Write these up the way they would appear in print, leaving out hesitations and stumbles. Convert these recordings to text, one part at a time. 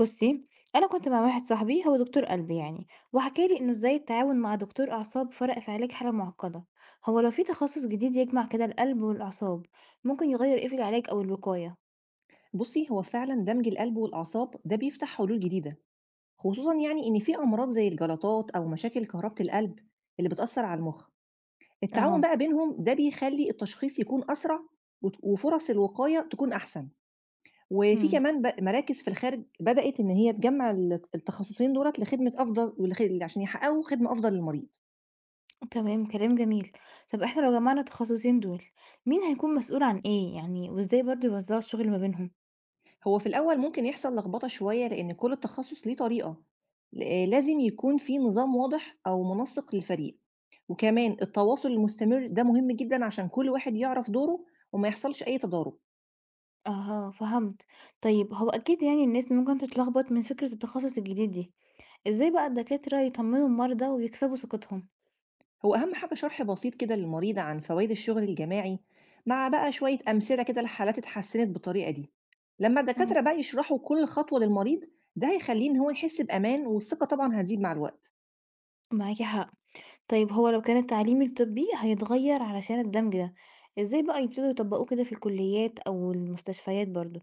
بُصّي، أنا كنت مع واحد صاحبي هو دكتور قلب يعني، وحكى لي إنه إزاي التعاون مع دكتور أعصاب فرق في علاج حالة معقدة. هو لو في تخصص جديد يجمع كده القلب والأعصاب ممكن يغير إيه في العلاج أو الوقاية؟ بُصّي، هو فعلًا دمج القلب والأعصاب ده بيفتح حلول جديدة، خصوصًا يعني إن في أمراض زي الجلطات أو مشاكل كهربة القلب اللي بتأثّر على المُخ. التعاون أها، بقى بينهم ده بيخلّي التشخيص يكون أسرع وفُرص الوقاية تكون أحسن. وفي إمم، كمان مراكز في الخارج بدأت إن هي تجمّع التخصصين دُولة لخدمة أفضل عشان يحققوا خدمة أفضل للمريض. تمام. كلام جميل. طب إحنا لو جمعنا التخصصين دول مين هيكون مسؤول عن إيه يعني، وإزاي برضه يوزعوا الشغل ما بينهم؟ هو في الأول ممكن يحصل لخبطة شوية لأن كل تخصص ليه طريقة. لازم يكون في نظام واضح أو منسق للفريق، وكمان التواصل المستمر ده مهم جدا عشان كل واحد يعرف دوره وما يحصلش أي تضارب. أها، فهمت. طيب هو أكيد يعني الناس ممكن تتلخبط من فكرة التخصص الجديد دي، إزاي بقى الدكاترة يطمنوا المرضى ويكسبوا ثقتهم؟ هو أهم حاجة شرح بسيط كده للمريض عن فوائد الشغل الجماعي، مع بقى شوية أمثلة كده لحالات اتحسنت بالطريقة دي. لما إمم، الدكاترة بقى يشرحوا كل خطوة للمريض، ده هيخليه إن هو يحس بأمان، والثقة طبعا هتزيد مع الوقت. معاكِ حق. طيب هو لو كان التعليم الطبي هيتغير علشان الدمج ده، إزاي بقى يبتدوا يطبقوه كده في الكليات أو المستشفيات برضه؟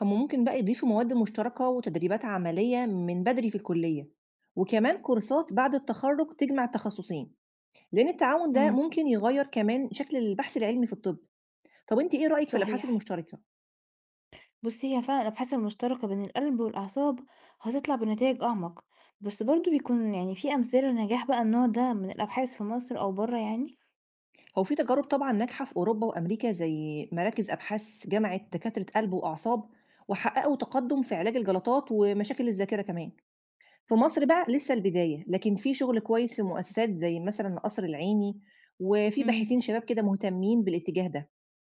هم ممكن بقى يضيفوا مواد مشتركة وتدريبات عملية من بدري في الكلية، وكمان كورسات بعد التخرج تجمع التخصصين، لأن التعاون ده امم، ممكن يغير كمان شكل البحث العلمي في الطب. طب انت ايه رأيك في الأبحاث صحيح. المشتركة؟ بصي هي فعلا الأبحاث المشتركة بين القلب والأعصاب هتطلع بنتائج أعمق، بس برضه بيكون يعني في أمثلة لنجاح بقى النوع ده من الأبحاث في مصر أو بره يعني؟ هو في تجارب طبعا ناجحة في أوروبا وأمريكا، زي مراكز أبحاث جمعت دكاترة قلب وأعصاب وحققوا تقدم في علاج الجلطات ومشاكل الذاكرة كمان. في مصر بقى لسه البداية، لكن في شغل كويس في مؤسسات زي مثلا قصر العيني، وفي امم، باحثين شباب كده مهتمين بالاتجاه ده.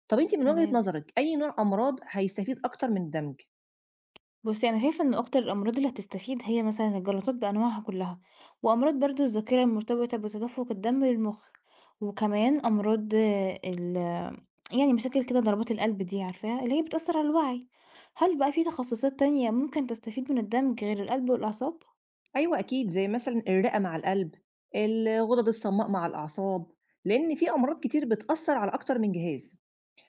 طب أنتِ من وجهة تمام. نظرِك أي نوع أمراض هيستفيد أكتر من الدمج؟ بُصّي، أنا شايفة إن أكتر الأمراض اللي هتستفيد هي مثلًا الجلطات بأنواعها كلّها، وأمراض برضه الذاكرة المرتبطة بتدفق الدم للمخ، وكمان أمراض آه، ال يعني مشاكل كده ضربات القلب دي عارفاها؟ اللي هي بتأثّر على الوعي. هل بقى في تخصصات تانية ممكن تستفيد من الدمج غير القلب والأعصاب؟ أيوه أكيد، زي مثلًا الرئة مع القلب، الغدد الصماء مع الأعصاب، لإن في أمراض كتير بتأثّر على أكتر من جهاز،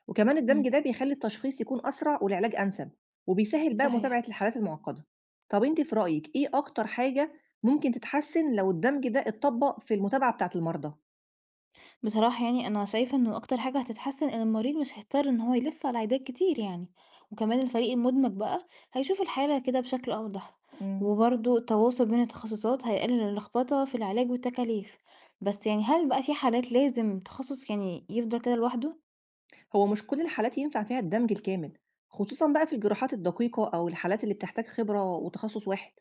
وكمان إمم. الدمج ده بيخلّي التشخيص يكون أسرع والعلاج أنسب، وبيسهّل بقى صحيح. متابعة الحالات المعقدة. طب أنتِ في رأيِك إيه أكتر حاجة ممكن تتحسّن لو الدمج ده اتطبّق في المتابعة بتاعة المرضى؟ بصراحة يعني أنا شايفة إنه أكتر حاجة هتتحسن إن المريض مش هيضطر إن هو يلف على عيادات كتير يعني، وكمان الفريق المدمج بقى هيشوف الحالة كده بشكل أوضح، إمم. وبرضه التواصل بين التخصصات هيقلل اللخبطة في العلاج والتكاليف. بس يعني هل بقى في حالات لازم تخصص يعني يفضل كده لوحده؟ هو مش كل الحالات ينفع فيها الدمج الكامل، خصوصًا بقى في الجراحات الدقيقة أو الحالات اللي بتحتاج خبرة وتخصُّص واحد.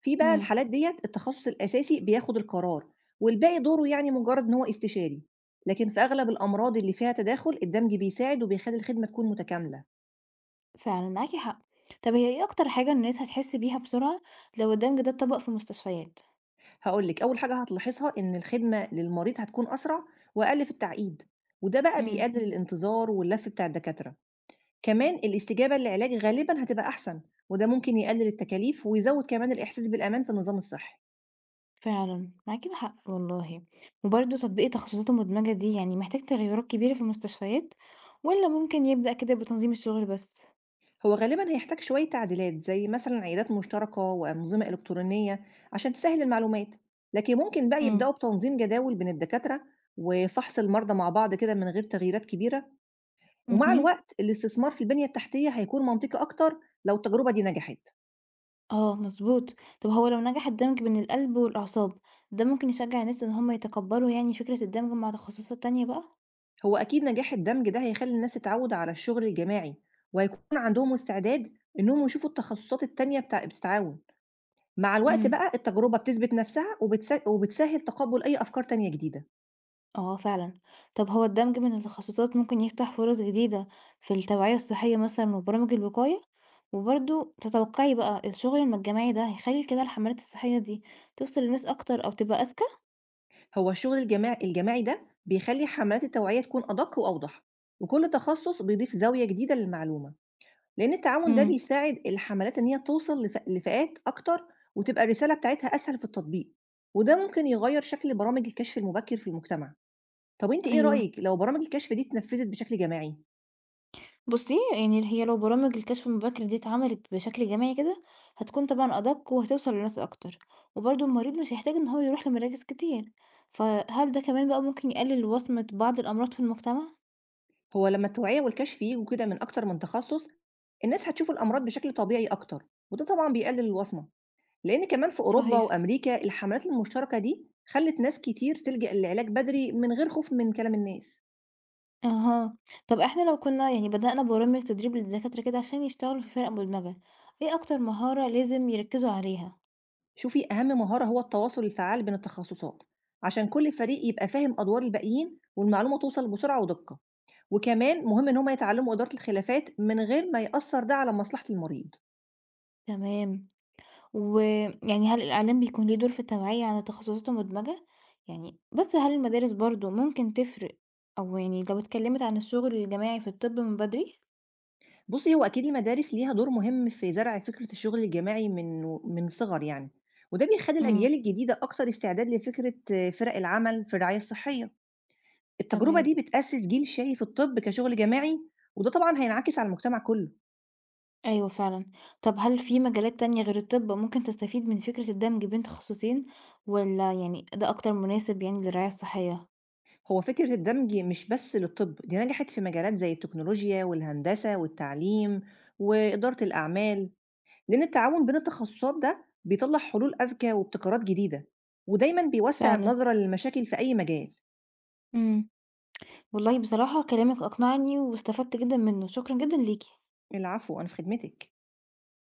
في بقى امم، الحالات ديّة التخصص الأساسي بياخد القرار، والباقي دوره يعني مجرد إن هو استشاري، لكن في أغلب الأمراض اللي فيها تداخل الدمج بيساعد وبيخلّي الخدمة تكون متكاملة. فعلا معاكي حق. طب هي إيه أكتر حاجة الناس هتحس بيها بسرعة لو الدمج ده اتطبق في مستشفيات؟ هاقول لِك أول حاجة هتلاحظها إن الخدمة للمريض هتكون أسرع وأقل في التعقيد، وده بقى بيقلل الانتظار واللف بتاع الدكاترة، كمان الاستجابة للعلاج غالبًا هتبقى أحسن، وده ممكن يقلل التكاليف ويزود كمان الإحساس بالأمان في النظام الصحي. فعلًا، معاكِ حق والله. وبرضه تطبيق التخصصات المدمجة دي يعني محتاج تغيرات كبيرة في المستشفيات، والّا ممكن يبدأ كده بتنظيم الشغل بس؟ هو غالبًا هيحتاج شوية تعديلات، زي مثلًا عيادات مشتركة وأنظمة إلكترونية عشان تسهِّل المعلومات، لكن ممكن بقى إمم، يبدأوا بتنظيم جداول بين الدكاترة وفحص المرضى مع بعض كده من غير تغييرات كبيرة، ومع اهم. الوقت الاستثمار في البنية التحتية هيكون منطقي أكتر لو التجربة دي نجحت. آه، مضبوط. طب هو لو نجح الدمج بين القلب والأعصاب، ده ممكن يشجع الناس إن هم يتقبلوا يعني فكرة الدمج مع تخصصات تانية بقى؟ هو أكيد نجاح الدمج ده هيخلّي الناس تتعوّد على الشغل الجماعي، وهيكون عندهم استعداد إنهم يشوفوا التخصصات التانية بتتعاون. مع الوقت إمم. بقى التجربة بتثبت نفسها وبتسهِّل تقبُّل أي أفكار تانية جديدة. آه، فعلًا. طب هو الدمج بين التخصصات ممكن يفتح فرص جديدة في التوعية الصحية مثلًا وبرامج الوقاية؟ وبرضه تتوقعي بقى الشغل الجماعي ده هيخلّي كده الحملات الصحية دي توصل للناس أكتر أو تبقى أذكى؟ هو الشغل الجماعي ده بيخلّي حملات التوعية تكون أدق وأوضح، وكل تخصص بيضيف زاوية جديدة للمعلومة، لإن التعاون ده امم، بيساعد الحملات إن هي توصل لفئات أكتر، وتبقى الرسالة بتاعتها أسهل في التطبيق، وده ممكن يغيّر شكل برامج الكشف المبكر في المجتمع. طب أنتِ إيه أيوه. رأيِك لو برامج الكشف دي اتنفّذت بشكل جماعي؟ بُصّي، يعني هي لو برامج الكشف المبكر دي اتعملت بشكل جماعي كده، هتكون طبعًا أدق وهتوصل لناس أكتر، وبرضه المريض مش هيحتاج إن هو يروح لمراكز كتير، فهل ده كمان بقى ممكن يقلل وصمة بعض الأمراض في المجتمع؟ هو لمّا التوعية والكشف ييجوا كده من أكتر من تخصص، الناس هتشوف الأمراض بشكل طبيعي أكتر، وده طبعًا بيقلل الوصمة. لأن كمان في أوروبا صحيح. وأمريكا الحملات المشتركة دي خلت ناس كتير تلجأ للعلاج بدري من غير خوف من كلام الناس. أها، طب إحنا لو كنا يعني بدأنا برامج تدريب للدكاترة كده عشان يشتغلوا في فرق مدمجة، إيه أكتر مهارة لازم يركزوا عليها؟ شوفي أهم مهارة هو التواصل الفعال بين التخصصات، عشان كل فريق يبقى فاهم أدوار الباقيين والمعلومة توصل بسرعة ودقة، وكمان مهم إن هما يتعلموا إدارة الخلافات من غير ما يأثر ده على مصلحة المريض. تمام. ويعني هل الإعلام بيكون ليه دور في التوعية عن التخصصات المدمجة؟ يعني بس هل المدارس برضو ممكن تفرق أو يعني لو اتكلمت عن الشغل الجماعي في الطب من بدري؟ بصي هو أكيد المدارس ليها دور مهم في زرع فكرة الشغل الجماعي من صغر يعني، وده بيخلي امم، الأجيال الجديدة أكتر استعداد لفكرة فرق العمل في الرعاية الصحية. التجربة تمام. دي بتأسس جيل شايف الطب كشغل جماعي، وده طبعًا هينعكس على المجتمع كله. أيوة، فعلا. طب هل في مجالات تانية غير الطب ممكن تستفيد من فكرة الدمج بين تخصصين ولا يعني ده أكتر مناسب يعني للرعاية الصحية؟ هو فكرة الدمج مش بس للطب، دي نجحت في مجالات زي التكنولوجيا والهندسة والتعليم وإدارة الأعمال، لأن التعاون بين التخصصات ده بيطلع حلول أذكى وابتكارات جديدة، ودايمًا بيوسع فعلا. النظرة للمشاكل في أي مجال. امم. والله بصراحة كلامك أقنعني واستفدت جدًا منه، شكرًا جدًا ليكِ. العفو، أنا في خدمتك.